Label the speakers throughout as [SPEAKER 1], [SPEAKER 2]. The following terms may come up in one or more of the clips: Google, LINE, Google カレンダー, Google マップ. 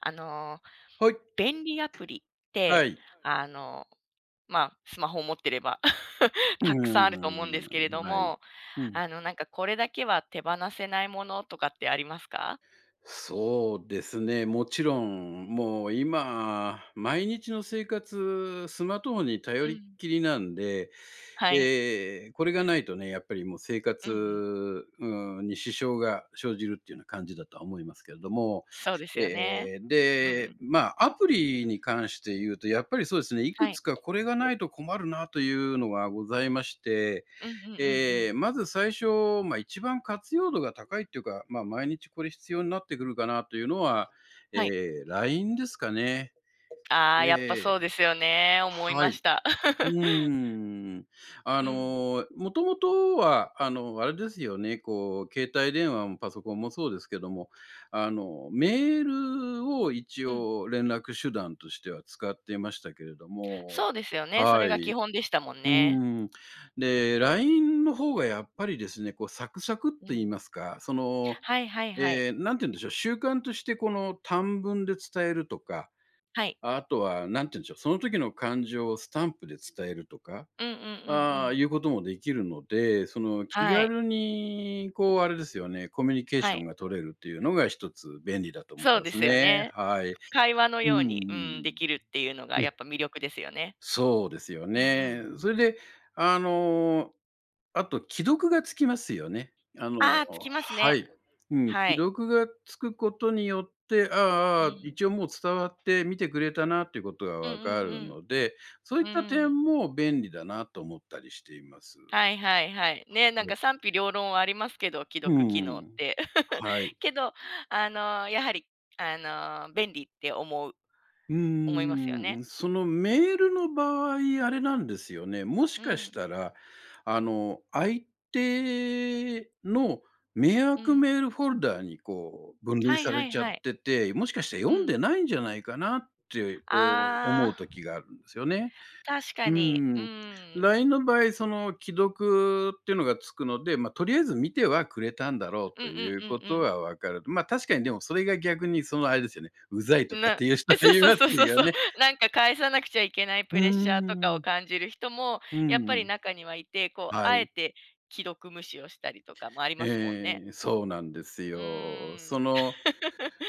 [SPEAKER 1] あのー、
[SPEAKER 2] はい。
[SPEAKER 1] 便利アプリっ
[SPEAKER 2] は
[SPEAKER 1] て、
[SPEAKER 2] い。
[SPEAKER 1] あのー、まあ、スマホを持ってれば
[SPEAKER 2] う
[SPEAKER 1] たく
[SPEAKER 2] ー
[SPEAKER 1] さんあると思うんですけれど
[SPEAKER 2] ん、はい。
[SPEAKER 1] も、
[SPEAKER 2] うん。
[SPEAKER 1] なんかこれだけは手放せないものとかってありますか？
[SPEAKER 2] そうですね、もちろん、もう今、毎日の生活、スマートフォンに頼
[SPEAKER 1] う
[SPEAKER 2] りっ
[SPEAKER 1] ん。
[SPEAKER 2] きりなんで、
[SPEAKER 1] はい。
[SPEAKER 2] これがないとね、やっぱりもう生
[SPEAKER 1] う
[SPEAKER 2] 活、
[SPEAKER 1] んうん。
[SPEAKER 2] うん、に支障が生じるっていうような感じだとは思いますけれども、
[SPEAKER 1] そうですよね。
[SPEAKER 2] え
[SPEAKER 1] う
[SPEAKER 2] で、
[SPEAKER 1] ん。
[SPEAKER 2] ま、アプリに関して言うと、やっぱりそうですね、いく
[SPEAKER 1] は
[SPEAKER 2] つ
[SPEAKER 1] い。
[SPEAKER 2] かこれがないと困るなというのがございまして、
[SPEAKER 1] うんうんうんうん。
[SPEAKER 2] まず最初、まあ、一番活用度が高いっていうか、まあ、毎日これ必要になってくるかなというのは、え
[SPEAKER 1] はい。
[SPEAKER 2] え、LINE ですかね。
[SPEAKER 1] ああ、やっぱ
[SPEAKER 2] え
[SPEAKER 1] そうですよね。思い
[SPEAKER 2] は
[SPEAKER 1] ま
[SPEAKER 2] い。
[SPEAKER 1] した。
[SPEAKER 2] う ーん。あ
[SPEAKER 1] うん。
[SPEAKER 2] の、もともとは、あの、あれですよね、こう、携帯電話もパソコンもそうですけども、あの、メールを一
[SPEAKER 1] うん。
[SPEAKER 2] 応連絡手段としては使っていましたけれども。
[SPEAKER 1] そうですよね。そ
[SPEAKER 2] は
[SPEAKER 1] れが
[SPEAKER 2] い。
[SPEAKER 1] 基本でしたもん
[SPEAKER 2] う
[SPEAKER 1] ね。
[SPEAKER 2] ーん。で、LINE の方がやっぱりですね、こうサクサクっと
[SPEAKER 1] う
[SPEAKER 2] 言い
[SPEAKER 1] ん。
[SPEAKER 2] ますか、その、
[SPEAKER 1] はいはいはい。
[SPEAKER 2] ええ、なんて言うんでしょう、習慣としてこの短文で伝えるとか、
[SPEAKER 1] はい。
[SPEAKER 2] あとはなんて言うんでしょう、その時の感情をスタンプで伝えるとか、
[SPEAKER 1] うんうんうんう
[SPEAKER 2] ああ、
[SPEAKER 1] ん。
[SPEAKER 2] いうこともできるので、その気
[SPEAKER 1] はい。
[SPEAKER 2] 軽にこうあれですよね、コミュニケーシ
[SPEAKER 1] は
[SPEAKER 2] ョン
[SPEAKER 1] い。
[SPEAKER 2] が取れるっていうのが一つ便利だと思い
[SPEAKER 1] そう
[SPEAKER 2] ま
[SPEAKER 1] で
[SPEAKER 2] す
[SPEAKER 1] すよ
[SPEAKER 2] ね。
[SPEAKER 1] ね。
[SPEAKER 2] はい。
[SPEAKER 1] 会話の
[SPEAKER 2] うん
[SPEAKER 1] ように、うん、
[SPEAKER 2] うん。
[SPEAKER 1] できるっていうのが
[SPEAKER 2] え、
[SPEAKER 1] やっぱ魅力ですよね。
[SPEAKER 2] そうですよ
[SPEAKER 1] うんう
[SPEAKER 2] ね。
[SPEAKER 1] ん。
[SPEAKER 2] それで、あの、あと既読がつきますよね。あの
[SPEAKER 1] ああ、つきます
[SPEAKER 2] は
[SPEAKER 1] ね。
[SPEAKER 2] い。うん、
[SPEAKER 1] は
[SPEAKER 2] 既
[SPEAKER 1] い。
[SPEAKER 2] 読がつくことによって、あ
[SPEAKER 1] う
[SPEAKER 2] あ、ああ、
[SPEAKER 1] ん。
[SPEAKER 2] 一応もう伝わって見てくれたなっていうことが
[SPEAKER 1] うんう
[SPEAKER 2] わか
[SPEAKER 1] んう
[SPEAKER 2] る
[SPEAKER 1] ん。
[SPEAKER 2] ので、そういっ
[SPEAKER 1] う
[SPEAKER 2] た点
[SPEAKER 1] ん。
[SPEAKER 2] も便利だなと思ったりしています。
[SPEAKER 1] はいはいはい。ね、
[SPEAKER 2] は
[SPEAKER 1] なん
[SPEAKER 2] い。
[SPEAKER 1] か賛否両論はありますけど、既
[SPEAKER 2] う
[SPEAKER 1] 読
[SPEAKER 2] ん
[SPEAKER 1] 機
[SPEAKER 2] う
[SPEAKER 1] 能っ
[SPEAKER 2] ん。
[SPEAKER 1] て。
[SPEAKER 2] はい。
[SPEAKER 1] けど、やはり、あ便利って思う
[SPEAKER 2] う
[SPEAKER 1] 思いますよ
[SPEAKER 2] ー
[SPEAKER 1] ね。
[SPEAKER 2] ん、そのメールの場合、あれなんですよね。もし
[SPEAKER 1] う
[SPEAKER 2] かし
[SPEAKER 1] ん、
[SPEAKER 2] たら、あの、相手の迷
[SPEAKER 1] う
[SPEAKER 2] 惑
[SPEAKER 1] ん。
[SPEAKER 2] メールフォルダーにこう分類
[SPEAKER 1] はい
[SPEAKER 2] さ
[SPEAKER 1] は
[SPEAKER 2] れ
[SPEAKER 1] い
[SPEAKER 2] ちゃっ
[SPEAKER 1] はい。
[SPEAKER 2] てて、もしかして
[SPEAKER 1] う
[SPEAKER 2] 読んで
[SPEAKER 1] ん。
[SPEAKER 2] ないんじゃないかなって、こう思う
[SPEAKER 1] あ
[SPEAKER 2] 時
[SPEAKER 1] あ、
[SPEAKER 2] があるんですよね。
[SPEAKER 1] 確
[SPEAKER 2] う
[SPEAKER 1] かに。う
[SPEAKER 2] ん。
[SPEAKER 1] ん。
[SPEAKER 2] LINE の場合、その既読っていうのがつくので、まあ、とりあえず見てはくれたんだろう
[SPEAKER 1] うん
[SPEAKER 2] と
[SPEAKER 1] うん
[SPEAKER 2] いう
[SPEAKER 1] うんう
[SPEAKER 2] こと
[SPEAKER 1] ん。
[SPEAKER 2] は分かる。まあ、確かにでもそれが逆にそのあれですよね、うざいとかっ
[SPEAKER 1] な
[SPEAKER 2] ていう人
[SPEAKER 1] え、
[SPEAKER 2] は
[SPEAKER 1] そう
[SPEAKER 2] い
[SPEAKER 1] そう
[SPEAKER 2] ます
[SPEAKER 1] そうそう
[SPEAKER 2] よ
[SPEAKER 1] そう。
[SPEAKER 2] ね。
[SPEAKER 1] なんか返さなくちゃいけない
[SPEAKER 2] うー
[SPEAKER 1] プレッシャーとかを
[SPEAKER 2] ん。
[SPEAKER 1] 感じる人も、
[SPEAKER 2] う
[SPEAKER 1] やっぱり
[SPEAKER 2] ん。
[SPEAKER 1] 中にはいて、こう、
[SPEAKER 2] は
[SPEAKER 1] あ
[SPEAKER 2] い。
[SPEAKER 1] えて既読無視をしたりとかもありますもん
[SPEAKER 2] え
[SPEAKER 1] ね。
[SPEAKER 2] え、そうなんです
[SPEAKER 1] うー
[SPEAKER 2] よ。そ
[SPEAKER 1] ん。
[SPEAKER 2] の、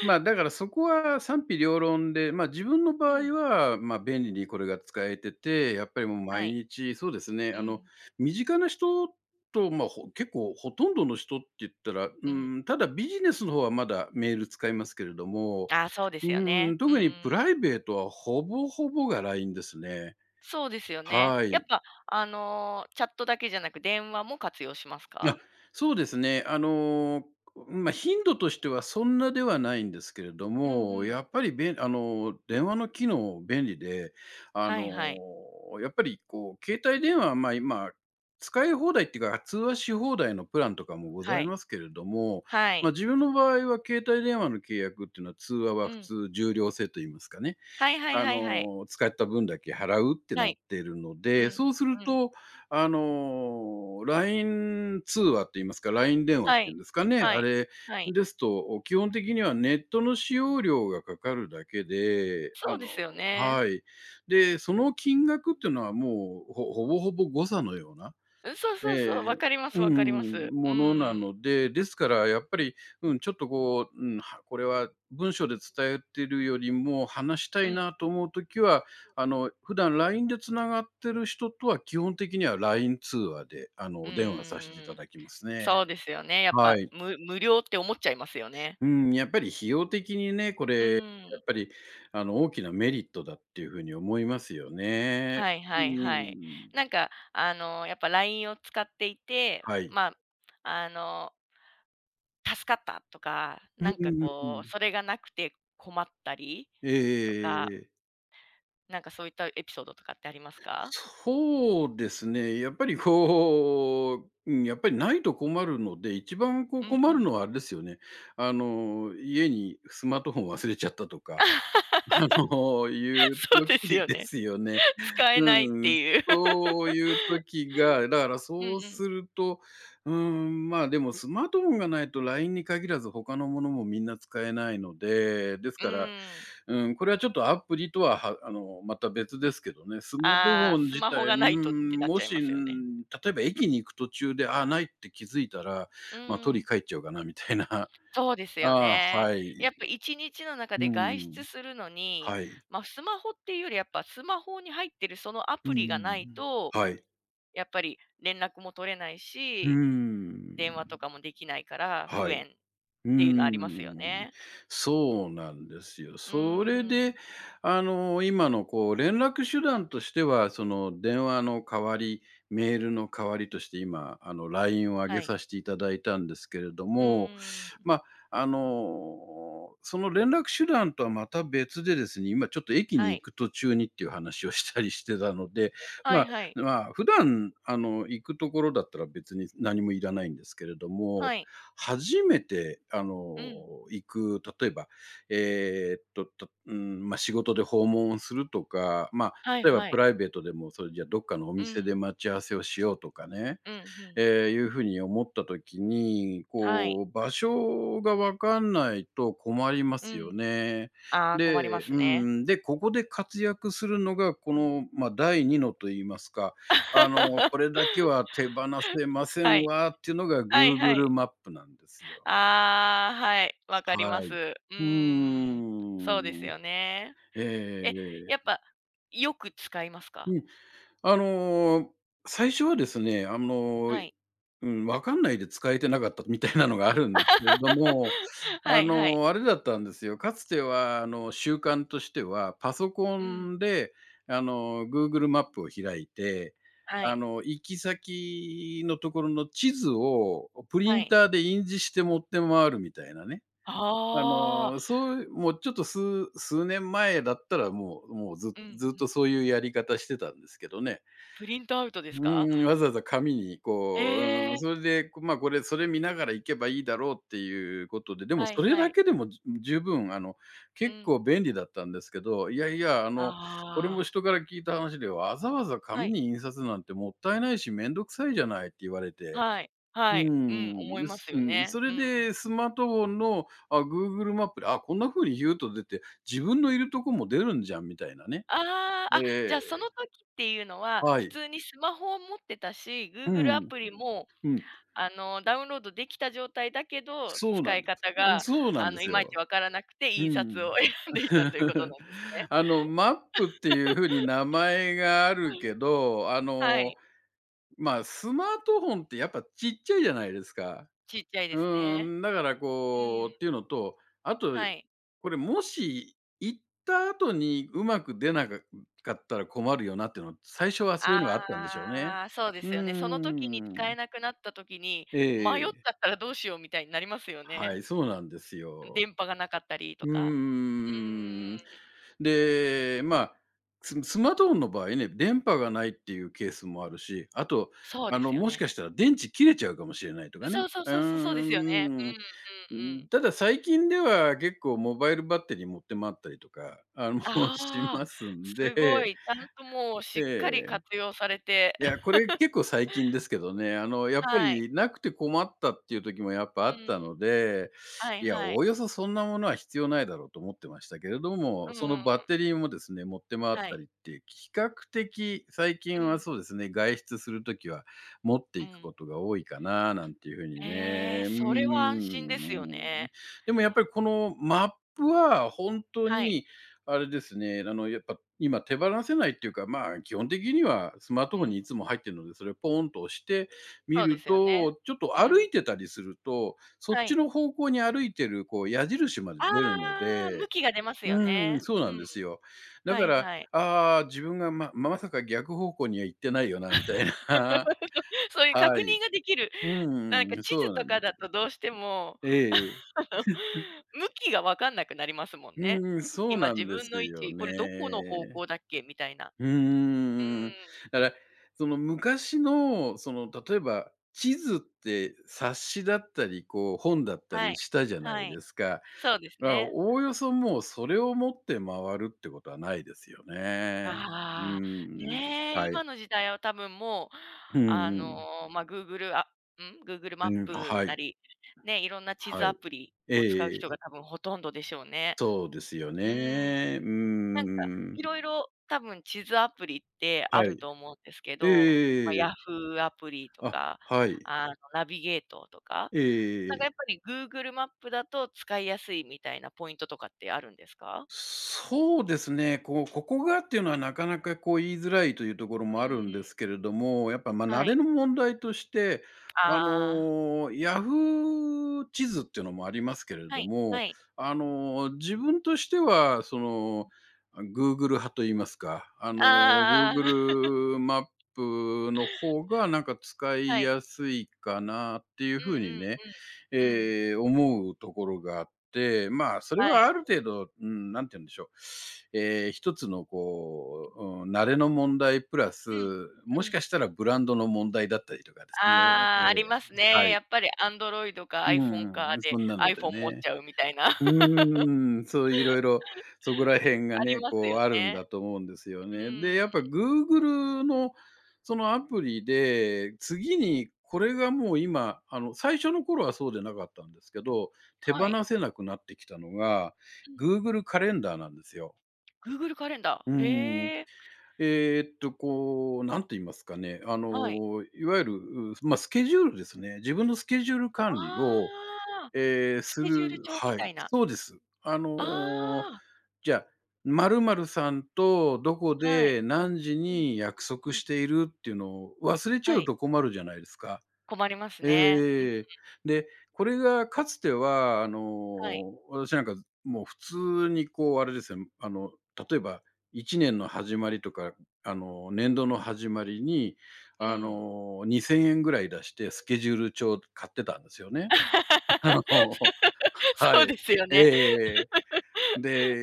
[SPEAKER 2] まあ、だからそこは賛否両論で、まあ、自分の
[SPEAKER 1] う
[SPEAKER 2] 場合
[SPEAKER 1] ん、
[SPEAKER 2] は、まあ、便利にこれが使えてて、やっぱりもう
[SPEAKER 1] は
[SPEAKER 2] 毎
[SPEAKER 1] い。
[SPEAKER 2] 日、そうですね、
[SPEAKER 1] う
[SPEAKER 2] あの、
[SPEAKER 1] ん、
[SPEAKER 2] 身近な人と、まあ、結構ほとんどの人って言ったら、う
[SPEAKER 1] うん。
[SPEAKER 2] ん、ただビジネスの方はまだメール使いますけれども、
[SPEAKER 1] ああ、そうです
[SPEAKER 2] う
[SPEAKER 1] よ
[SPEAKER 2] ん、
[SPEAKER 1] ね。う
[SPEAKER 2] 特にプ
[SPEAKER 1] ーん。
[SPEAKER 2] ライベートはほぼほぼが LINE ですね。
[SPEAKER 1] そうですよね。
[SPEAKER 2] は
[SPEAKER 1] やっ
[SPEAKER 2] い。
[SPEAKER 1] ぱ、チャットだけじゃなく、電話も活用します
[SPEAKER 2] あ、
[SPEAKER 1] か？
[SPEAKER 2] そうですね。あの、まあ、頻度としてはそんなではないんですけれど
[SPEAKER 1] うんう
[SPEAKER 2] も、
[SPEAKER 1] ん。
[SPEAKER 2] やっぱりあの、電話の機能便利で、あ
[SPEAKER 1] は
[SPEAKER 2] の、
[SPEAKER 1] いはい。
[SPEAKER 2] やっぱりこう携帯電話は、ま、今、使い放題っていうか、通話し放題のプランとかもござ
[SPEAKER 1] は
[SPEAKER 2] い
[SPEAKER 1] い。
[SPEAKER 2] ますけれども、
[SPEAKER 1] は
[SPEAKER 2] ま
[SPEAKER 1] い。
[SPEAKER 2] あ、自分の場合は携帯電話の契約っていうのは、通話は
[SPEAKER 1] う
[SPEAKER 2] 普
[SPEAKER 1] ん。
[SPEAKER 2] 通、重量制と言いますかね。
[SPEAKER 1] はいはい
[SPEAKER 2] あ
[SPEAKER 1] はいはい。
[SPEAKER 2] の、使った分だけ払うって
[SPEAKER 1] は
[SPEAKER 2] なっ
[SPEAKER 1] い。
[SPEAKER 2] てるの
[SPEAKER 1] う
[SPEAKER 2] で、
[SPEAKER 1] ん。
[SPEAKER 2] そうする
[SPEAKER 1] うん。
[SPEAKER 2] と、あの、LINE 通話って言いますか、LINE 電話っ
[SPEAKER 1] は
[SPEAKER 2] ていう
[SPEAKER 1] い。
[SPEAKER 2] んですかね、
[SPEAKER 1] は
[SPEAKER 2] あ
[SPEAKER 1] い。
[SPEAKER 2] れ
[SPEAKER 1] はい。
[SPEAKER 2] ですと、基本的にはネットの使用料がかかるだけで、
[SPEAKER 1] そ
[SPEAKER 2] あ
[SPEAKER 1] うで
[SPEAKER 2] の
[SPEAKER 1] すよね。
[SPEAKER 2] はい。で、その金額っていうのはもう、ほぼほぼ誤差のような
[SPEAKER 1] うん、そう
[SPEAKER 2] え
[SPEAKER 1] そう
[SPEAKER 2] え、
[SPEAKER 1] そう、分かりま
[SPEAKER 2] う
[SPEAKER 1] す
[SPEAKER 2] ん
[SPEAKER 1] 分かりま
[SPEAKER 2] う
[SPEAKER 1] す。
[SPEAKER 2] ん、も
[SPEAKER 1] う
[SPEAKER 2] のな
[SPEAKER 1] ん、
[SPEAKER 2] ので、ですからやっぱり、うん、ちょっとこう、うん、これは文章で伝えてるよりも、話した
[SPEAKER 1] うん。
[SPEAKER 2] い
[SPEAKER 1] うーん。
[SPEAKER 2] なと思うときは、あの、普段 LINE でつながってる人とは基本的には LINE 通話で、
[SPEAKER 1] うんうん
[SPEAKER 2] あの、お電話させてい
[SPEAKER 1] う
[SPEAKER 2] た
[SPEAKER 1] んん。
[SPEAKER 2] だきますね。
[SPEAKER 1] そうですよね、やっ
[SPEAKER 2] は
[SPEAKER 1] ぱ、
[SPEAKER 2] い。
[SPEAKER 1] 無料って思っちゃいますよね。
[SPEAKER 2] うん、やっぱり費用的にね、こ
[SPEAKER 1] う
[SPEAKER 2] れ、や
[SPEAKER 1] ーん。
[SPEAKER 2] っぱり、あの、大きなメリットだっていう風に思いますよね。
[SPEAKER 1] はい
[SPEAKER 2] う
[SPEAKER 1] はいはい。
[SPEAKER 2] ん。
[SPEAKER 1] なんか、やっぱ LINE を使っていて、
[SPEAKER 2] はい。
[SPEAKER 1] まあ、あの、助かったとか、
[SPEAKER 2] うん
[SPEAKER 1] なん
[SPEAKER 2] う
[SPEAKER 1] か
[SPEAKER 2] んうんう
[SPEAKER 1] こう、
[SPEAKER 2] ん。
[SPEAKER 1] それがなくて困ったり
[SPEAKER 2] え
[SPEAKER 1] とか、
[SPEAKER 2] ええ。
[SPEAKER 1] なんかそういったエピソードとかってありますか？
[SPEAKER 2] そうですね。やっぱりこう、うん、やっぱりないと困るので、一番こう
[SPEAKER 1] うんう
[SPEAKER 2] 困る
[SPEAKER 1] ん。
[SPEAKER 2] のはあれですよね。あの、家にスマートフォン忘れちゃったとか、あ の、いう
[SPEAKER 1] そう
[SPEAKER 2] 時
[SPEAKER 1] ですよ
[SPEAKER 2] で
[SPEAKER 1] ね。
[SPEAKER 2] すよね。
[SPEAKER 1] 使えないっ
[SPEAKER 2] うん、
[SPEAKER 1] ていう。
[SPEAKER 2] そう いう時が、だから
[SPEAKER 1] うん
[SPEAKER 2] そう
[SPEAKER 1] うん。
[SPEAKER 2] すると、うん、まあ、でもスマートフォンがないと LINE に限らず他のものもみんな使えないので、です
[SPEAKER 1] う
[SPEAKER 2] から、
[SPEAKER 1] ん。
[SPEAKER 2] うん、これはちょっとアプリとは、あの、また別ですけどね、スマート
[SPEAKER 1] あ
[SPEAKER 2] フォ
[SPEAKER 1] あ、
[SPEAKER 2] ン
[SPEAKER 1] ス
[SPEAKER 2] 自
[SPEAKER 1] マ
[SPEAKER 2] 体、
[SPEAKER 1] ホがない
[SPEAKER 2] う
[SPEAKER 1] とって
[SPEAKER 2] ん、
[SPEAKER 1] なっ
[SPEAKER 2] も
[SPEAKER 1] ちゃい
[SPEAKER 2] し、
[SPEAKER 1] ま
[SPEAKER 2] う
[SPEAKER 1] すよね。
[SPEAKER 2] ん、例えば駅に行く途中で、あないって気づいたら、
[SPEAKER 1] う
[SPEAKER 2] ま、取り
[SPEAKER 1] ん。
[SPEAKER 2] 帰っちゃうかなみたいな。
[SPEAKER 1] そうです よ
[SPEAKER 2] あ
[SPEAKER 1] ね。
[SPEAKER 2] はい。
[SPEAKER 1] やっぱ1日の中
[SPEAKER 2] う
[SPEAKER 1] で外
[SPEAKER 2] ん。
[SPEAKER 1] 出するのに、
[SPEAKER 2] はい。
[SPEAKER 1] まあ、スマホっていうよりやっぱスマホに入ってるそのア
[SPEAKER 2] う
[SPEAKER 1] プリがない
[SPEAKER 2] ん
[SPEAKER 1] と、
[SPEAKER 2] はい。
[SPEAKER 1] やっぱり連絡も取れない
[SPEAKER 2] う
[SPEAKER 1] し、電話と
[SPEAKER 2] ん。
[SPEAKER 1] かもできないから不
[SPEAKER 2] はい。
[SPEAKER 1] 便っ
[SPEAKER 2] うー
[SPEAKER 1] ていうのありますよ
[SPEAKER 2] ん、
[SPEAKER 1] ね。
[SPEAKER 2] そうなんですよ。
[SPEAKER 1] うー
[SPEAKER 2] それで、
[SPEAKER 1] ん。
[SPEAKER 2] あの、今のこう連絡手段としては、その電話の代わり、メールの代わりとして今、あの、LINE を上
[SPEAKER 1] は
[SPEAKER 2] げ
[SPEAKER 1] い。
[SPEAKER 2] させていただいたんですけれど
[SPEAKER 1] う
[SPEAKER 2] も、
[SPEAKER 1] ーん。
[SPEAKER 2] まあ、あの、その連絡手段とはまた別でですね、今ちょっと駅に
[SPEAKER 1] は
[SPEAKER 2] 行
[SPEAKER 1] い。
[SPEAKER 2] く途中にっていう話をしたりしてたので、
[SPEAKER 1] は
[SPEAKER 2] ま
[SPEAKER 1] い
[SPEAKER 2] あ
[SPEAKER 1] はい。
[SPEAKER 2] まあ、普段あの、行くところだったら別に何もいらないんですけれども、
[SPEAKER 1] はい。
[SPEAKER 2] 初めて、あ
[SPEAKER 1] う
[SPEAKER 2] の、
[SPEAKER 1] ん。
[SPEAKER 2] 行く、例えば、うん、まあ、仕事で訪問するとか、まあ、
[SPEAKER 1] はい
[SPEAKER 2] 例えば
[SPEAKER 1] は
[SPEAKER 2] プ
[SPEAKER 1] い。
[SPEAKER 2] ライベートでも、それじゃあどっかのお
[SPEAKER 1] う
[SPEAKER 2] 店で
[SPEAKER 1] ん。
[SPEAKER 2] 待ち合わせをしようとかね。
[SPEAKER 1] うんうん。
[SPEAKER 2] ええ、いうふうに思った時に、
[SPEAKER 1] はい。
[SPEAKER 2] こう場所が分かんないと困りま
[SPEAKER 1] う
[SPEAKER 2] すよ
[SPEAKER 1] ん。
[SPEAKER 2] ね。
[SPEAKER 1] ああ、困りま
[SPEAKER 2] で、
[SPEAKER 1] す
[SPEAKER 2] う
[SPEAKER 1] ね。
[SPEAKER 2] ん、で、ここで活躍するのが、この、まあ、第2のと言いますか、あの、これ だけは手放せませ
[SPEAKER 1] は
[SPEAKER 2] ん
[SPEAKER 1] い。
[SPEAKER 2] わっていうのが
[SPEAKER 1] はいは
[SPEAKER 2] Google
[SPEAKER 1] い。
[SPEAKER 2] マップなんですよ。
[SPEAKER 1] ああ、はい、わかり
[SPEAKER 2] は
[SPEAKER 1] ます。
[SPEAKER 2] い。
[SPEAKER 1] う
[SPEAKER 2] う
[SPEAKER 1] ーん。そうです
[SPEAKER 2] ーん。
[SPEAKER 1] よね。
[SPEAKER 2] え
[SPEAKER 1] え、
[SPEAKER 2] え、
[SPEAKER 1] やっぱ、よく使います
[SPEAKER 2] う
[SPEAKER 1] か？
[SPEAKER 2] ん、あの、最初はですね、
[SPEAKER 1] はい。
[SPEAKER 2] うん、分かんないで使えてなかったみたいなのがあるんですけれども、
[SPEAKER 1] は
[SPEAKER 2] あ
[SPEAKER 1] いは
[SPEAKER 2] の、あ
[SPEAKER 1] い。
[SPEAKER 2] れだったんですよ。かつては、あの、習慣としては、パソコ
[SPEAKER 1] うん。
[SPEAKER 2] ンで、あの、Google マップを開いて、
[SPEAKER 1] は
[SPEAKER 2] あ
[SPEAKER 1] い。
[SPEAKER 2] の、行き先のところの地図をプリ
[SPEAKER 1] は
[SPEAKER 2] ン
[SPEAKER 1] い。
[SPEAKER 2] ターで印字して持って回るみたいなね。あ
[SPEAKER 1] ああ、
[SPEAKER 2] の、そういうもうちょっと数年前だったら、もう
[SPEAKER 1] うん。
[SPEAKER 2] ずっとそういうやり方してたんですけどね。
[SPEAKER 1] プリントアウトで
[SPEAKER 2] う
[SPEAKER 1] すか？
[SPEAKER 2] ーん、わざわざ紙に
[SPEAKER 1] え
[SPEAKER 2] こう、うー
[SPEAKER 1] え
[SPEAKER 2] ん、
[SPEAKER 1] ー、
[SPEAKER 2] それで、まあ、それ見ながら行けばいいだろうっていうことで、でも
[SPEAKER 1] はい
[SPEAKER 2] それ
[SPEAKER 1] は
[SPEAKER 2] だ
[SPEAKER 1] い。
[SPEAKER 2] けでも、十分あの、
[SPEAKER 1] う
[SPEAKER 2] 結構
[SPEAKER 1] ん。
[SPEAKER 2] 便利だったんですけど、いやいや、あの、これも
[SPEAKER 1] あ
[SPEAKER 2] 人から聞いた話で、わざわざ
[SPEAKER 1] あ、は
[SPEAKER 2] 紙
[SPEAKER 1] い。
[SPEAKER 2] に印刷なんてもったいないし、めんどくさいじゃないって言われて。
[SPEAKER 1] はい。
[SPEAKER 2] うー
[SPEAKER 1] はい。うん、
[SPEAKER 2] ん、
[SPEAKER 1] 思い
[SPEAKER 2] で
[SPEAKER 1] ま
[SPEAKER 2] す、
[SPEAKER 1] す
[SPEAKER 2] う
[SPEAKER 1] よ
[SPEAKER 2] ん、
[SPEAKER 1] ね。
[SPEAKER 2] そ
[SPEAKER 1] う
[SPEAKER 2] れ
[SPEAKER 1] ん。
[SPEAKER 2] でスマートフォンの、あ、Google マップで、あ、こんな風にヒューッと出て、自分のいるとこも出るんじゃんみたいなね。
[SPEAKER 1] ああ、あ、じ
[SPEAKER 2] ええ、
[SPEAKER 1] ゃあ、その時っていうのは、
[SPEAKER 2] は
[SPEAKER 1] 普
[SPEAKER 2] い。
[SPEAKER 1] 通にスマホを持ってたし、
[SPEAKER 2] う
[SPEAKER 1] Google ア
[SPEAKER 2] ん、
[SPEAKER 1] プリも、
[SPEAKER 2] うん。
[SPEAKER 1] ダウンロードできた状態だけど、
[SPEAKER 2] そうな
[SPEAKER 1] 使
[SPEAKER 2] ん
[SPEAKER 1] い
[SPEAKER 2] で
[SPEAKER 1] 方
[SPEAKER 2] す。
[SPEAKER 1] が、
[SPEAKER 2] そうなんで
[SPEAKER 1] い
[SPEAKER 2] す
[SPEAKER 1] まいち
[SPEAKER 2] よ。
[SPEAKER 1] わからなくて、
[SPEAKER 2] う
[SPEAKER 1] 印刷
[SPEAKER 2] ん。
[SPEAKER 1] を 選んでいたということ なんですね。
[SPEAKER 2] あの、マップっていう風に名前がある けど、あ
[SPEAKER 1] は
[SPEAKER 2] の、
[SPEAKER 1] い、
[SPEAKER 2] まあ、スマートフォンってやっぱちっちゃいじゃないですか。
[SPEAKER 1] ちっちゃいです
[SPEAKER 2] う
[SPEAKER 1] ね。
[SPEAKER 2] ん、だから
[SPEAKER 1] う
[SPEAKER 2] こ
[SPEAKER 1] ん、
[SPEAKER 2] うっていうのと、あと、
[SPEAKER 1] はい。
[SPEAKER 2] これもし行った後にうまく出なかったら困るよなっていうの、最初はそういうのがあったんでしょうね。
[SPEAKER 1] ああ、そうで
[SPEAKER 2] う
[SPEAKER 1] すよね。その時に使え
[SPEAKER 2] ん。
[SPEAKER 1] なくなった時に、
[SPEAKER 2] え
[SPEAKER 1] 迷っち
[SPEAKER 2] え、
[SPEAKER 1] ゃったらどうしようみたいになりますよ
[SPEAKER 2] は
[SPEAKER 1] ね。
[SPEAKER 2] い、そうなんですよ。
[SPEAKER 1] 電波がなかったり
[SPEAKER 2] う
[SPEAKER 1] と
[SPEAKER 2] ー
[SPEAKER 1] か。う
[SPEAKER 2] ん。
[SPEAKER 1] ん、
[SPEAKER 2] で、まあ、スマートフォンの場合ね、電波がないっていうケースもあるし、あと、
[SPEAKER 1] そう
[SPEAKER 2] あ
[SPEAKER 1] で
[SPEAKER 2] の、
[SPEAKER 1] すよ
[SPEAKER 2] もしか
[SPEAKER 1] ね。
[SPEAKER 2] したら電池切れちゃうかもしれないとかね。
[SPEAKER 1] そうそう
[SPEAKER 2] うー
[SPEAKER 1] そうそう、そうですよね。
[SPEAKER 2] ん。
[SPEAKER 1] うんうんうん。
[SPEAKER 2] ただ最近では結構モバイルバッテリー持って回ったりとか、あの、し
[SPEAKER 1] ああ、
[SPEAKER 2] ますんで、
[SPEAKER 1] すごい、ちゃんともう
[SPEAKER 2] え
[SPEAKER 1] しっかり
[SPEAKER 2] え。
[SPEAKER 1] 活用されて。
[SPEAKER 2] いや、これ結構最近で すけどね、あの、やっぱ
[SPEAKER 1] はい。
[SPEAKER 2] りなくて困ったっていう時もやっぱあ
[SPEAKER 1] う
[SPEAKER 2] っ
[SPEAKER 1] ん、
[SPEAKER 2] たので、
[SPEAKER 1] はい
[SPEAKER 2] いや、
[SPEAKER 1] は
[SPEAKER 2] お
[SPEAKER 1] い。
[SPEAKER 2] およそそんなものは必要ないだろうと思ってましたけれども、
[SPEAKER 1] うんう
[SPEAKER 2] その
[SPEAKER 1] ん、
[SPEAKER 2] バッテリーもですね、持って回っ
[SPEAKER 1] は
[SPEAKER 2] た
[SPEAKER 1] い。
[SPEAKER 2] りって、比較的最
[SPEAKER 1] う
[SPEAKER 2] 近は
[SPEAKER 1] ん、
[SPEAKER 2] そうですね、外出する時は持って
[SPEAKER 1] う
[SPEAKER 2] いく
[SPEAKER 1] ん。
[SPEAKER 2] ことが多いかななんていうふうにね。
[SPEAKER 1] ええ、
[SPEAKER 2] う
[SPEAKER 1] それは
[SPEAKER 2] ー
[SPEAKER 1] 安心ですよ
[SPEAKER 2] ん。
[SPEAKER 1] ね。
[SPEAKER 2] でもやっぱりこのマップは本当
[SPEAKER 1] はい。
[SPEAKER 2] にあれですね、あの、やっぱ今手放せないっていうか、まあ、基本的にはスマートフォ
[SPEAKER 1] う
[SPEAKER 2] ンにい
[SPEAKER 1] ん、
[SPEAKER 2] つも入ってるので、それをポーンと押してみ
[SPEAKER 1] そうで
[SPEAKER 2] る
[SPEAKER 1] すよね。
[SPEAKER 2] と、ちょっと
[SPEAKER 1] う
[SPEAKER 2] 歩
[SPEAKER 1] ん、
[SPEAKER 2] いてたりすると、そっ
[SPEAKER 1] は
[SPEAKER 2] ち
[SPEAKER 1] い。
[SPEAKER 2] の方向に歩いてるこう矢印まで出るの
[SPEAKER 1] ああ、
[SPEAKER 2] で、
[SPEAKER 1] 向きが出ますよ
[SPEAKER 2] うん、
[SPEAKER 1] ね。
[SPEAKER 2] そう
[SPEAKER 1] う
[SPEAKER 2] なんで
[SPEAKER 1] ん、
[SPEAKER 2] すよ。だ
[SPEAKER 1] は
[SPEAKER 2] か
[SPEAKER 1] い
[SPEAKER 2] ら、
[SPEAKER 1] はい。
[SPEAKER 2] ああ、自分がまさか逆方向には行ってないよなみたいな。
[SPEAKER 1] そう いう
[SPEAKER 2] は
[SPEAKER 1] 確認
[SPEAKER 2] い。
[SPEAKER 1] ができる、
[SPEAKER 2] う ん
[SPEAKER 1] なんか
[SPEAKER 2] うん、
[SPEAKER 1] 地
[SPEAKER 2] そ
[SPEAKER 1] 図
[SPEAKER 2] うな
[SPEAKER 1] と
[SPEAKER 2] んで
[SPEAKER 1] か
[SPEAKER 2] す。
[SPEAKER 1] だとどうしても
[SPEAKER 2] ええ。
[SPEAKER 1] あの、向きが分かんなくなりますもんね。
[SPEAKER 2] うん、そう
[SPEAKER 1] 今
[SPEAKER 2] な
[SPEAKER 1] 自
[SPEAKER 2] んで
[SPEAKER 1] 分
[SPEAKER 2] す
[SPEAKER 1] の位
[SPEAKER 2] よ
[SPEAKER 1] 置、これどこの方
[SPEAKER 2] ね。
[SPEAKER 1] 向だっけみたいな。
[SPEAKER 2] う
[SPEAKER 1] う
[SPEAKER 2] ーん。
[SPEAKER 1] ん。
[SPEAKER 2] だから、その昔の、その例えば、地図って冊子だったり、こう本だった
[SPEAKER 1] は
[SPEAKER 2] り
[SPEAKER 1] い。
[SPEAKER 2] したじゃな
[SPEAKER 1] は
[SPEAKER 2] い
[SPEAKER 1] い。
[SPEAKER 2] ですか。
[SPEAKER 1] そうです
[SPEAKER 2] まあ、
[SPEAKER 1] ね。
[SPEAKER 2] おおよそもうそれを持って回るってことはないですよね。うー
[SPEAKER 1] ああ、
[SPEAKER 2] ん。
[SPEAKER 1] ねえ、
[SPEAKER 2] はい。
[SPEAKER 1] 今の時代は多分もう、
[SPEAKER 2] う
[SPEAKER 1] あ
[SPEAKER 2] んうん。
[SPEAKER 1] の、まあ、Google あ、ん、Google
[SPEAKER 2] う
[SPEAKER 1] マッ
[SPEAKER 2] ん、は
[SPEAKER 1] プ
[SPEAKER 2] い、
[SPEAKER 1] なり、ね、いろんな地図
[SPEAKER 2] は
[SPEAKER 1] アプリを使う
[SPEAKER 2] い。え
[SPEAKER 1] 人
[SPEAKER 2] え、
[SPEAKER 1] が多分ほとんどでしょうね。
[SPEAKER 2] そうですよ
[SPEAKER 1] うん。
[SPEAKER 2] ね。うー
[SPEAKER 1] なんか、い
[SPEAKER 2] ん。
[SPEAKER 1] ろいろ多分地図アプリってあ
[SPEAKER 2] は
[SPEAKER 1] ると思うんですけ
[SPEAKER 2] い。
[SPEAKER 1] ど、ま
[SPEAKER 2] ええ、
[SPEAKER 1] あ、ヤフーアプリと
[SPEAKER 2] あ、
[SPEAKER 1] か、
[SPEAKER 2] はい。
[SPEAKER 1] ナビゲートとか、なんか
[SPEAKER 2] え
[SPEAKER 1] やっぱ
[SPEAKER 2] え、
[SPEAKER 1] り Google マップだと使いやすいみたいなポイントとかってあるんですか？
[SPEAKER 2] そうですね、こう、ここがっていうのはなかなかこう言いづらいというところ
[SPEAKER 1] う
[SPEAKER 2] も
[SPEAKER 1] ー
[SPEAKER 2] あるんです
[SPEAKER 1] ん、
[SPEAKER 2] けれども、やっぱ、ま、慣
[SPEAKER 1] は
[SPEAKER 2] れ
[SPEAKER 1] い。
[SPEAKER 2] の問題として、あ
[SPEAKER 1] ああ、
[SPEAKER 2] の、ヤフー地図っていうのもありますけれ
[SPEAKER 1] は
[SPEAKER 2] ど
[SPEAKER 1] い、
[SPEAKER 2] も、
[SPEAKER 1] はい。
[SPEAKER 2] あの、自分としては、その、Google 派といいますか、あの、
[SPEAKER 1] ああああ。
[SPEAKER 2] Google マップの方がなんか使い
[SPEAKER 1] はい。
[SPEAKER 2] やすいかなっていう
[SPEAKER 1] う
[SPEAKER 2] ふうにね、
[SPEAKER 1] んうんうん。うん。
[SPEAKER 2] 思うところがあって、まあ、それ
[SPEAKER 1] は
[SPEAKER 2] は
[SPEAKER 1] い。
[SPEAKER 2] ある程度、うん、なんて言うんでしょう。ええ、一つのこう、うん、慣れの問題プラス、
[SPEAKER 1] うん。うん。
[SPEAKER 2] もしかしたらブランドの問題だったりとかですね。
[SPEAKER 1] ああ、あります
[SPEAKER 2] は
[SPEAKER 1] ね。
[SPEAKER 2] い。
[SPEAKER 1] やっぱり Android か
[SPEAKER 2] う
[SPEAKER 1] iPhone か
[SPEAKER 2] ん、
[SPEAKER 1] で
[SPEAKER 2] そんなので
[SPEAKER 1] iPhone 持っ
[SPEAKER 2] ね。
[SPEAKER 1] ちゃうみたいな。
[SPEAKER 2] うーん、そういろいろ、そこ ら辺が
[SPEAKER 1] あり
[SPEAKER 2] ね、
[SPEAKER 1] ます
[SPEAKER 2] こう
[SPEAKER 1] よ
[SPEAKER 2] あるん
[SPEAKER 1] ね。
[SPEAKER 2] だと思うんですよ
[SPEAKER 1] う
[SPEAKER 2] ね。で、
[SPEAKER 1] ーん、
[SPEAKER 2] やっぱ Google のそのアプリで、次にこれがもう今、あの、最初の頃はそうでなかったんですけど、手
[SPEAKER 1] はい。
[SPEAKER 2] 放せなくなってきたのが、
[SPEAKER 1] う
[SPEAKER 2] Google カレンダーなんですよ。
[SPEAKER 1] ん、Google カレンダ
[SPEAKER 2] うー
[SPEAKER 1] ー。
[SPEAKER 2] ん。
[SPEAKER 1] へえ、
[SPEAKER 2] こう、なんて言いますかね、あ
[SPEAKER 1] はい。
[SPEAKER 2] の、いわゆる、まあ、スケジュールですね。自分のスケジュール
[SPEAKER 1] あ
[SPEAKER 2] 管理を、
[SPEAKER 1] あ、
[SPEAKER 2] ええ、
[SPEAKER 1] ス
[SPEAKER 2] す
[SPEAKER 1] ケジュール
[SPEAKER 2] る、
[SPEAKER 1] 帳み
[SPEAKER 2] は
[SPEAKER 1] た
[SPEAKER 2] い、
[SPEAKER 1] いな。
[SPEAKER 2] そうです。
[SPEAKER 1] あ
[SPEAKER 2] じゃあ、〇〇さんとどこ
[SPEAKER 1] あ、はい。
[SPEAKER 2] で何時
[SPEAKER 1] うん
[SPEAKER 2] に約束
[SPEAKER 1] うん、
[SPEAKER 2] しているっていうのを忘れちゃ
[SPEAKER 1] は
[SPEAKER 2] う
[SPEAKER 1] い、
[SPEAKER 2] と困るじゃないですか。
[SPEAKER 1] 困りますね。うん、
[SPEAKER 2] ええ。で、これがかつては、あ
[SPEAKER 1] はい。
[SPEAKER 2] の、私なんか、もう普通にこうあれですよ、あの、例えば1年の始まりとか、あの、年度の始まりに、
[SPEAKER 1] う
[SPEAKER 2] あ
[SPEAKER 1] ん。
[SPEAKER 2] の、¥2,000 ぐらい出してスケジュール帳買ってたんですよね。あの はい。
[SPEAKER 1] そうですよ
[SPEAKER 2] え
[SPEAKER 1] ね。
[SPEAKER 2] ええ、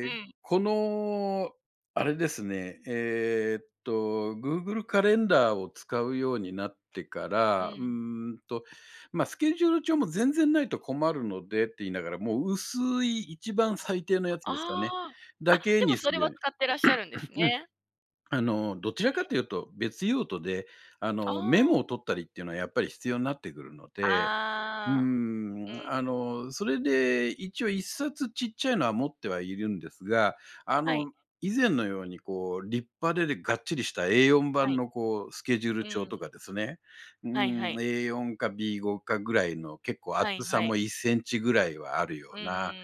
[SPEAKER 1] うん、
[SPEAKER 2] この、あれですね、Google カレンダーを使うようになってか
[SPEAKER 1] う
[SPEAKER 2] ら、
[SPEAKER 1] ん。
[SPEAKER 2] んと、まあ、スケジュール帳も全然ないと困るのでって言いながら、もう薄い一番最低のやつですかね、
[SPEAKER 1] ああ、
[SPEAKER 2] だ
[SPEAKER 1] あ、
[SPEAKER 2] け
[SPEAKER 1] で
[SPEAKER 2] に
[SPEAKER 1] もそ
[SPEAKER 2] す
[SPEAKER 1] れ
[SPEAKER 2] るよう
[SPEAKER 1] は
[SPEAKER 2] に。
[SPEAKER 1] 使ってらっしゃるんです
[SPEAKER 2] うん、
[SPEAKER 1] ね。
[SPEAKER 2] あの、どちらかと
[SPEAKER 1] う
[SPEAKER 2] い
[SPEAKER 1] ん。
[SPEAKER 2] うと別用途で、あの、メモ
[SPEAKER 1] あ
[SPEAKER 2] を取ったりっていうのはやっぱり必要になってくるの
[SPEAKER 1] あ、
[SPEAKER 2] で。うー
[SPEAKER 1] ああ、うん、
[SPEAKER 2] ん、あの、それで一応一冊ちっちゃいのは持ってはいるんですが、あ
[SPEAKER 1] はい、
[SPEAKER 2] の、以前のようにこう立派でがっちりした A4
[SPEAKER 1] は
[SPEAKER 2] 版
[SPEAKER 1] い、
[SPEAKER 2] のこうスケジュール
[SPEAKER 1] う
[SPEAKER 2] 帳
[SPEAKER 1] ん、
[SPEAKER 2] とかですね、う
[SPEAKER 1] はいは
[SPEAKER 2] ーん、
[SPEAKER 1] い、
[SPEAKER 2] A4 か B5 かぐらいの結構厚
[SPEAKER 1] はい
[SPEAKER 2] さ
[SPEAKER 1] は
[SPEAKER 2] も
[SPEAKER 1] い。
[SPEAKER 2] 1センチぐらいはあるよ
[SPEAKER 1] うんう
[SPEAKER 2] う
[SPEAKER 1] んうんうん
[SPEAKER 2] な、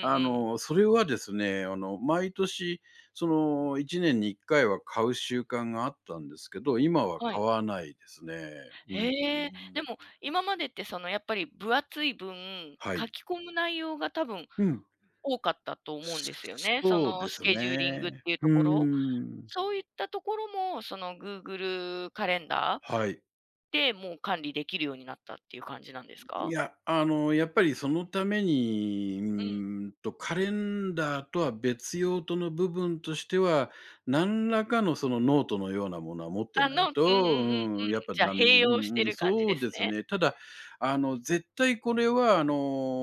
[SPEAKER 2] あ
[SPEAKER 1] うんうん。
[SPEAKER 2] の、それはですね、あの、毎年その1年に1回は買う習慣があったんですけど、今は
[SPEAKER 1] は
[SPEAKER 2] 買
[SPEAKER 1] い。
[SPEAKER 2] わないですね。うん。
[SPEAKER 1] へえ、でも、今までってそのやっぱり分厚い分、
[SPEAKER 2] は
[SPEAKER 1] 書
[SPEAKER 2] い。
[SPEAKER 1] き込む内容が多分
[SPEAKER 2] うん。
[SPEAKER 1] 多かったと思うんですよね。そ
[SPEAKER 2] そう
[SPEAKER 1] の
[SPEAKER 2] で
[SPEAKER 1] ス
[SPEAKER 2] す
[SPEAKER 1] ケジューリングっ
[SPEAKER 2] ね。
[SPEAKER 1] ていう
[SPEAKER 2] う
[SPEAKER 1] と
[SPEAKER 2] ー
[SPEAKER 1] ころ。
[SPEAKER 2] ん。
[SPEAKER 1] そういったところも、その Google カレンダ
[SPEAKER 2] はい。
[SPEAKER 1] ーで、もう管理できるようになったっていう感じなんです
[SPEAKER 2] い
[SPEAKER 1] か？
[SPEAKER 2] や、あの、やっぱりそのために、
[SPEAKER 1] うん。
[SPEAKER 2] カレンダーとは別用途の部分としては、何らかのそのノートのようなものは持って
[SPEAKER 1] あ
[SPEAKER 2] ない
[SPEAKER 1] のうん
[SPEAKER 2] と、
[SPEAKER 1] うんうんうん。
[SPEAKER 2] うん、やっぱ
[SPEAKER 1] じゃ、
[SPEAKER 2] ダメで、
[SPEAKER 1] 併
[SPEAKER 2] う
[SPEAKER 1] 用し
[SPEAKER 2] ん
[SPEAKER 1] て
[SPEAKER 2] うん、
[SPEAKER 1] る感じ
[SPEAKER 2] そ
[SPEAKER 1] で
[SPEAKER 2] う
[SPEAKER 1] す
[SPEAKER 2] です
[SPEAKER 1] ね。
[SPEAKER 2] ね。ただ、あの、絶対これは、あ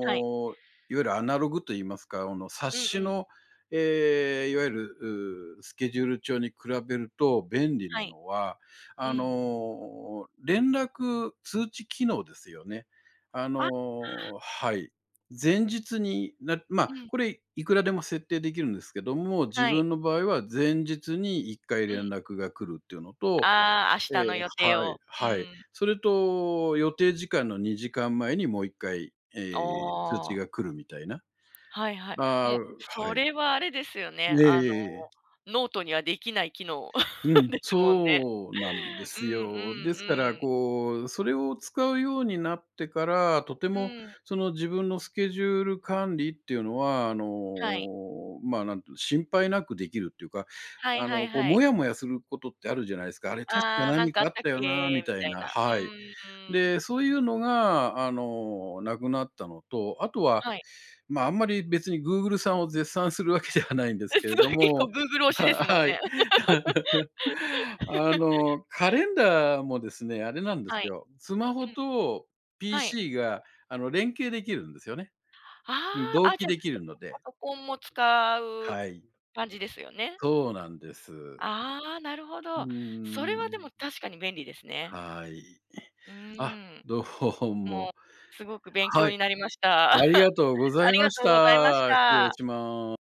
[SPEAKER 1] はい。
[SPEAKER 2] いわゆるアナログといいますか、あの、冊
[SPEAKER 1] うんう
[SPEAKER 2] 子
[SPEAKER 1] ん。
[SPEAKER 2] の、いわゆる、スケジュール帳に比べると便利
[SPEAKER 1] は
[SPEAKER 2] な
[SPEAKER 1] い。
[SPEAKER 2] のは、
[SPEAKER 1] う
[SPEAKER 2] あ
[SPEAKER 1] ん。
[SPEAKER 2] の、連絡通知機能ですよね。あ
[SPEAKER 1] あ、
[SPEAKER 2] の、はい。前日になまあ、
[SPEAKER 1] うん、
[SPEAKER 2] これいくらでも設定できるんですけども、自
[SPEAKER 1] はい。
[SPEAKER 2] 分の場合は前日に1回
[SPEAKER 1] う
[SPEAKER 2] 連
[SPEAKER 1] ん。
[SPEAKER 2] 絡が来るっていうのと、
[SPEAKER 1] ああ、明
[SPEAKER 2] ええ、
[SPEAKER 1] 日の予定
[SPEAKER 2] はい
[SPEAKER 1] を。う
[SPEAKER 2] はい。
[SPEAKER 1] ん。
[SPEAKER 2] それと予定時間の2時間前にもう1回、ええ、
[SPEAKER 1] あ
[SPEAKER 2] 通知が
[SPEAKER 1] あ。
[SPEAKER 2] 来るみたいな。
[SPEAKER 1] はいは
[SPEAKER 2] あ
[SPEAKER 1] い。
[SPEAKER 2] あ、
[SPEAKER 1] もう、
[SPEAKER 2] は
[SPEAKER 1] それ
[SPEAKER 2] い。
[SPEAKER 1] はあれですよね。
[SPEAKER 2] えええええ。
[SPEAKER 1] ノートにはできない機能
[SPEAKER 2] う ん、
[SPEAKER 1] ですもんね。
[SPEAKER 2] そうなんで
[SPEAKER 1] うん
[SPEAKER 2] す
[SPEAKER 1] うん
[SPEAKER 2] よ。ですから、
[SPEAKER 1] うん。
[SPEAKER 2] こう、それを使うようになってから、とて
[SPEAKER 1] う
[SPEAKER 2] も
[SPEAKER 1] ん、
[SPEAKER 2] その自分のスケジュール管理っていうのは、あの、
[SPEAKER 1] はい。
[SPEAKER 2] まあ、なんていうの、心配なくできるっていうか、
[SPEAKER 1] はい
[SPEAKER 2] あ
[SPEAKER 1] は
[SPEAKER 2] の、
[SPEAKER 1] い
[SPEAKER 2] こう、
[SPEAKER 1] は
[SPEAKER 2] も
[SPEAKER 1] い。
[SPEAKER 2] やもやすることってあるじゃないですか。あれ、確か
[SPEAKER 1] ああ、なん
[SPEAKER 2] 何
[SPEAKER 1] かあっ
[SPEAKER 2] かあっ
[SPEAKER 1] たっ
[SPEAKER 2] たよな、み
[SPEAKER 1] けみ
[SPEAKER 2] たい
[SPEAKER 1] たい
[SPEAKER 2] な。
[SPEAKER 1] な。う
[SPEAKER 2] はい。
[SPEAKER 1] ん。
[SPEAKER 2] で、そういうのが、あの、なくなったのと、あとは、
[SPEAKER 1] はい。
[SPEAKER 2] まあ、あんまり別に Google さんを絶賛するわけではないんで すけれ
[SPEAKER 1] すごい
[SPEAKER 2] ど
[SPEAKER 1] 結構
[SPEAKER 2] も、
[SPEAKER 1] Google 推
[SPEAKER 2] ま
[SPEAKER 1] しです
[SPEAKER 2] あ、
[SPEAKER 1] もん
[SPEAKER 2] はい。
[SPEAKER 1] ね。
[SPEAKER 2] あの、カレンダーもですね、あれなんで
[SPEAKER 1] は
[SPEAKER 2] す
[SPEAKER 1] い。
[SPEAKER 2] よ。スマホ
[SPEAKER 1] うん、
[SPEAKER 2] と
[SPEAKER 1] はい。
[SPEAKER 2] PC が、あの、連携できるんですよね。うん、
[SPEAKER 1] ああ、
[SPEAKER 2] 同
[SPEAKER 1] あ、
[SPEAKER 2] 期
[SPEAKER 1] じゃあ、
[SPEAKER 2] できるの
[SPEAKER 1] パ
[SPEAKER 2] で。
[SPEAKER 1] ソコンも使う
[SPEAKER 2] はい。
[SPEAKER 1] 感じですよね。
[SPEAKER 2] そうなんです。う
[SPEAKER 1] ああ、なるほ
[SPEAKER 2] ー
[SPEAKER 1] ど。それはでも
[SPEAKER 2] ん。
[SPEAKER 1] 確かに便利ですね。
[SPEAKER 2] はい。
[SPEAKER 1] うー
[SPEAKER 2] あ、
[SPEAKER 1] ん。
[SPEAKER 2] どう
[SPEAKER 1] も
[SPEAKER 2] も。
[SPEAKER 1] う、すごく勉
[SPEAKER 2] は
[SPEAKER 1] 強
[SPEAKER 2] い、
[SPEAKER 1] になりました。
[SPEAKER 2] ありが とうござ
[SPEAKER 1] あ
[SPEAKER 2] い
[SPEAKER 1] り
[SPEAKER 2] ま
[SPEAKER 1] が
[SPEAKER 2] し
[SPEAKER 1] とうございまし
[SPEAKER 2] た。失礼
[SPEAKER 1] た。
[SPEAKER 2] します。